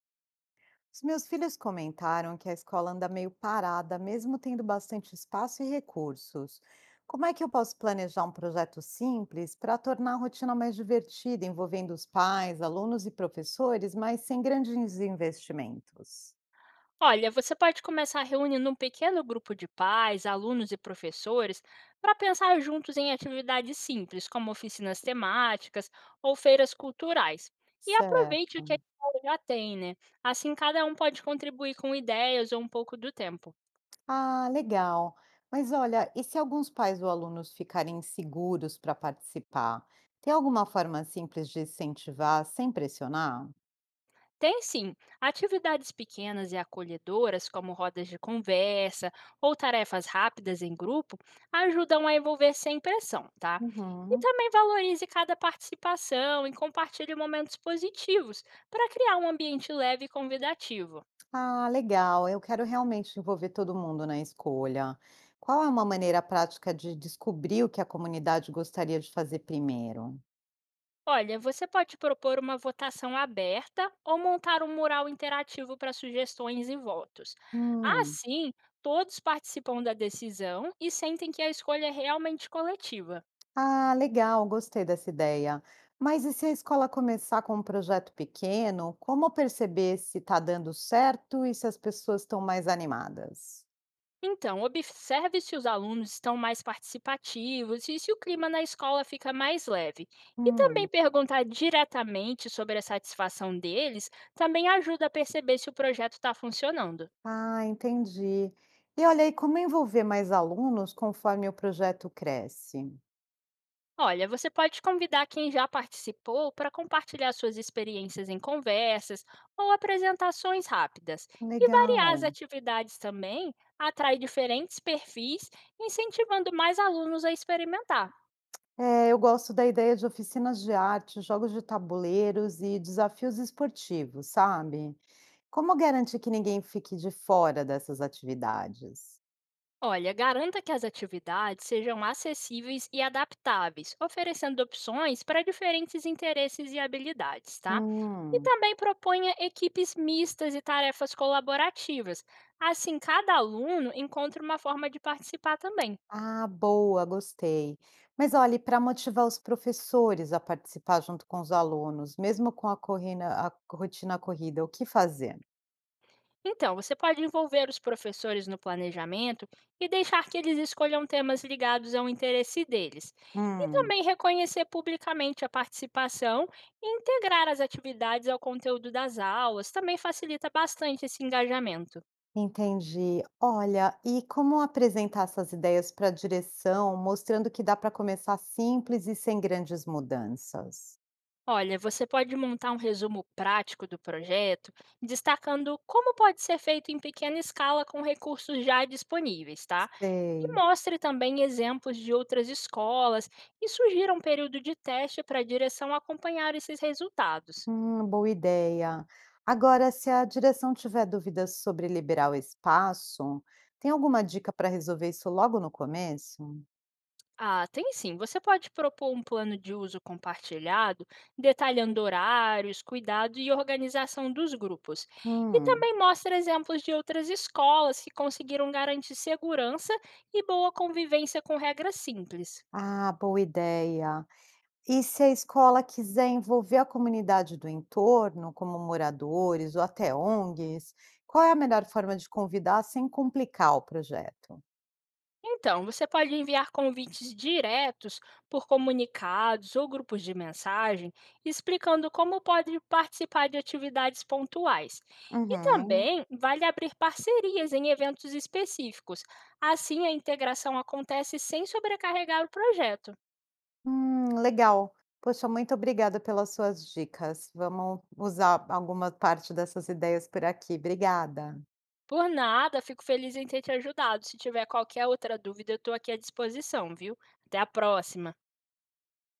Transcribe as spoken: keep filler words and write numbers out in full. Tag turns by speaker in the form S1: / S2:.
S1: Os meus filhos comentaram que a escola anda meio parada, mesmo tendo bastante espaço e recursos. Como é que eu posso planejar um projeto simples para tornar a rotina mais divertida, envolvendo os pais, alunos e professores, mas sem grandes investimentos?
S2: Olha, você pode começar reunindo um pequeno grupo de pais, alunos e professores para pensar juntos em atividades simples, como oficinas temáticas ou feiras culturais. E aproveite
S1: Certo.
S2: o que a escola já tem, né? Assim cada um pode contribuir com ideias ou um pouco do tempo.
S1: Ah, legal. Mas olha, e se alguns pais ou alunos ficarem inseguros para participar? Tem alguma forma simples de incentivar sem pressionar?
S2: Tem sim. Atividades pequenas e acolhedoras, como rodas de conversa ou tarefas rápidas em grupo, ajudam a envolver sem pressão, tá? E
S1: Uhum.
S2: também valorize cada participação e compartilhe momentos positivos para criar um ambiente leve e convidativo.
S1: Ah, legal. Eu quero realmente envolver todo mundo na escolha. Qual é uma maneira prática de descobrir o que a comunidade gostaria de fazer primeiro?
S2: Olha, você pode propor uma votação aberta ou montar um mural interativo para sugestões e votos.
S1: Hum.
S2: Assim, todos participam da decisão e sentem que a escolha é realmente coletiva.
S1: Ah, legal, gostei dessa ideia. Mas e se a escola começar com um projeto pequeno, como perceber se está dando certo e se as pessoas estão mais animadas?
S2: Então, observe se os alunos estão mais participativos e se o clima na escola fica mais leve. E também
S1: Hum.
S2: perguntar diretamente sobre a satisfação deles também ajuda a perceber se o projeto está funcionando.
S1: Ah, entendi. E olha aí, como envolver mais alunos conforme o projeto cresce?
S2: Olha, você pode convidar quem já participou para compartilhar suas experiências em conversas ou apresentações rápidas. E variar as
S1: Legal.
S2: atividades também atrai diferentes perfis, incentivando mais alunos a experimentar.
S1: É, eu gosto da ideia de oficinas de arte, jogos de tabuleiros e desafios esportivos, sabe? Como garantir que ninguém fique de fora dessas atividades?
S2: Olha, garanta que as atividades sejam acessíveis e adaptáveis, oferecendo opções para diferentes interesses e habilidades, tá? E
S1: Hum,
S2: também proponha equipes mistas e tarefas colaborativas. Assim, cada aluno encontra uma forma de participar também.
S1: ah, boa, gostei. Mas olhe, para motivar os professores a participar junto com os alunos, mesmo com a corrina- a rotina corrida, o que fazer?
S2: Então, você pode envolver os professores no planejamento e deixar que eles escolham temas ligados ao interesse deles. E
S1: Hum.
S2: também reconhecer publicamente a participação e integrar as atividades ao conteúdo das aulas também facilita bastante esse engajamento.
S1: Entendi. Olha, e como apresentar essas ideias para a direção, mostrando que dá para começar simples e sem grandes mudanças?
S2: Olha, você pode montar um resumo prático do projeto, destacando como pode ser feito em pequena escala com recursos já disponíveis, tá? E
S1: Sei.
S2: mostre também exemplos de outras escolas e sugira um período de teste para a direção acompanhar esses resultados.
S1: Hum, boa ideia. Agora, se a direção tiver dúvidas sobre liberar o espaço, tem alguma dica para resolver isso logo no começo?
S2: Ah, tem sim. Você pode propor um plano de uso compartilhado, detalhando horários, cuidado e organização dos grupos. E
S1: Hum,
S2: também mostra exemplos de outras escolas que conseguiram garantir segurança e boa convivência com regras simples.
S1: ah, boa ideia. E se a escola quiser envolver a comunidade do entorno, como moradores ou até O N G s, qual é a melhor forma de convidar sem complicar o projeto?
S2: Então, você pode enviar convites diretos por comunicados ou grupos de mensagem, explicando como pode participar de atividades pontuais. E
S1: Uhum.
S2: também vale abrir parcerias em eventos específicos. Assim, a integração acontece sem sobrecarregar o projeto.
S1: Hum, legal. Poxa, muito obrigada pelas suas dicas. Vamos usar alguma parte dessas ideias por aqui. Obrigada.
S2: Por nada, fico feliz em ter te ajudado. Se tiver qualquer outra dúvida, eu estou aqui à disposição, viu? Até a próxima!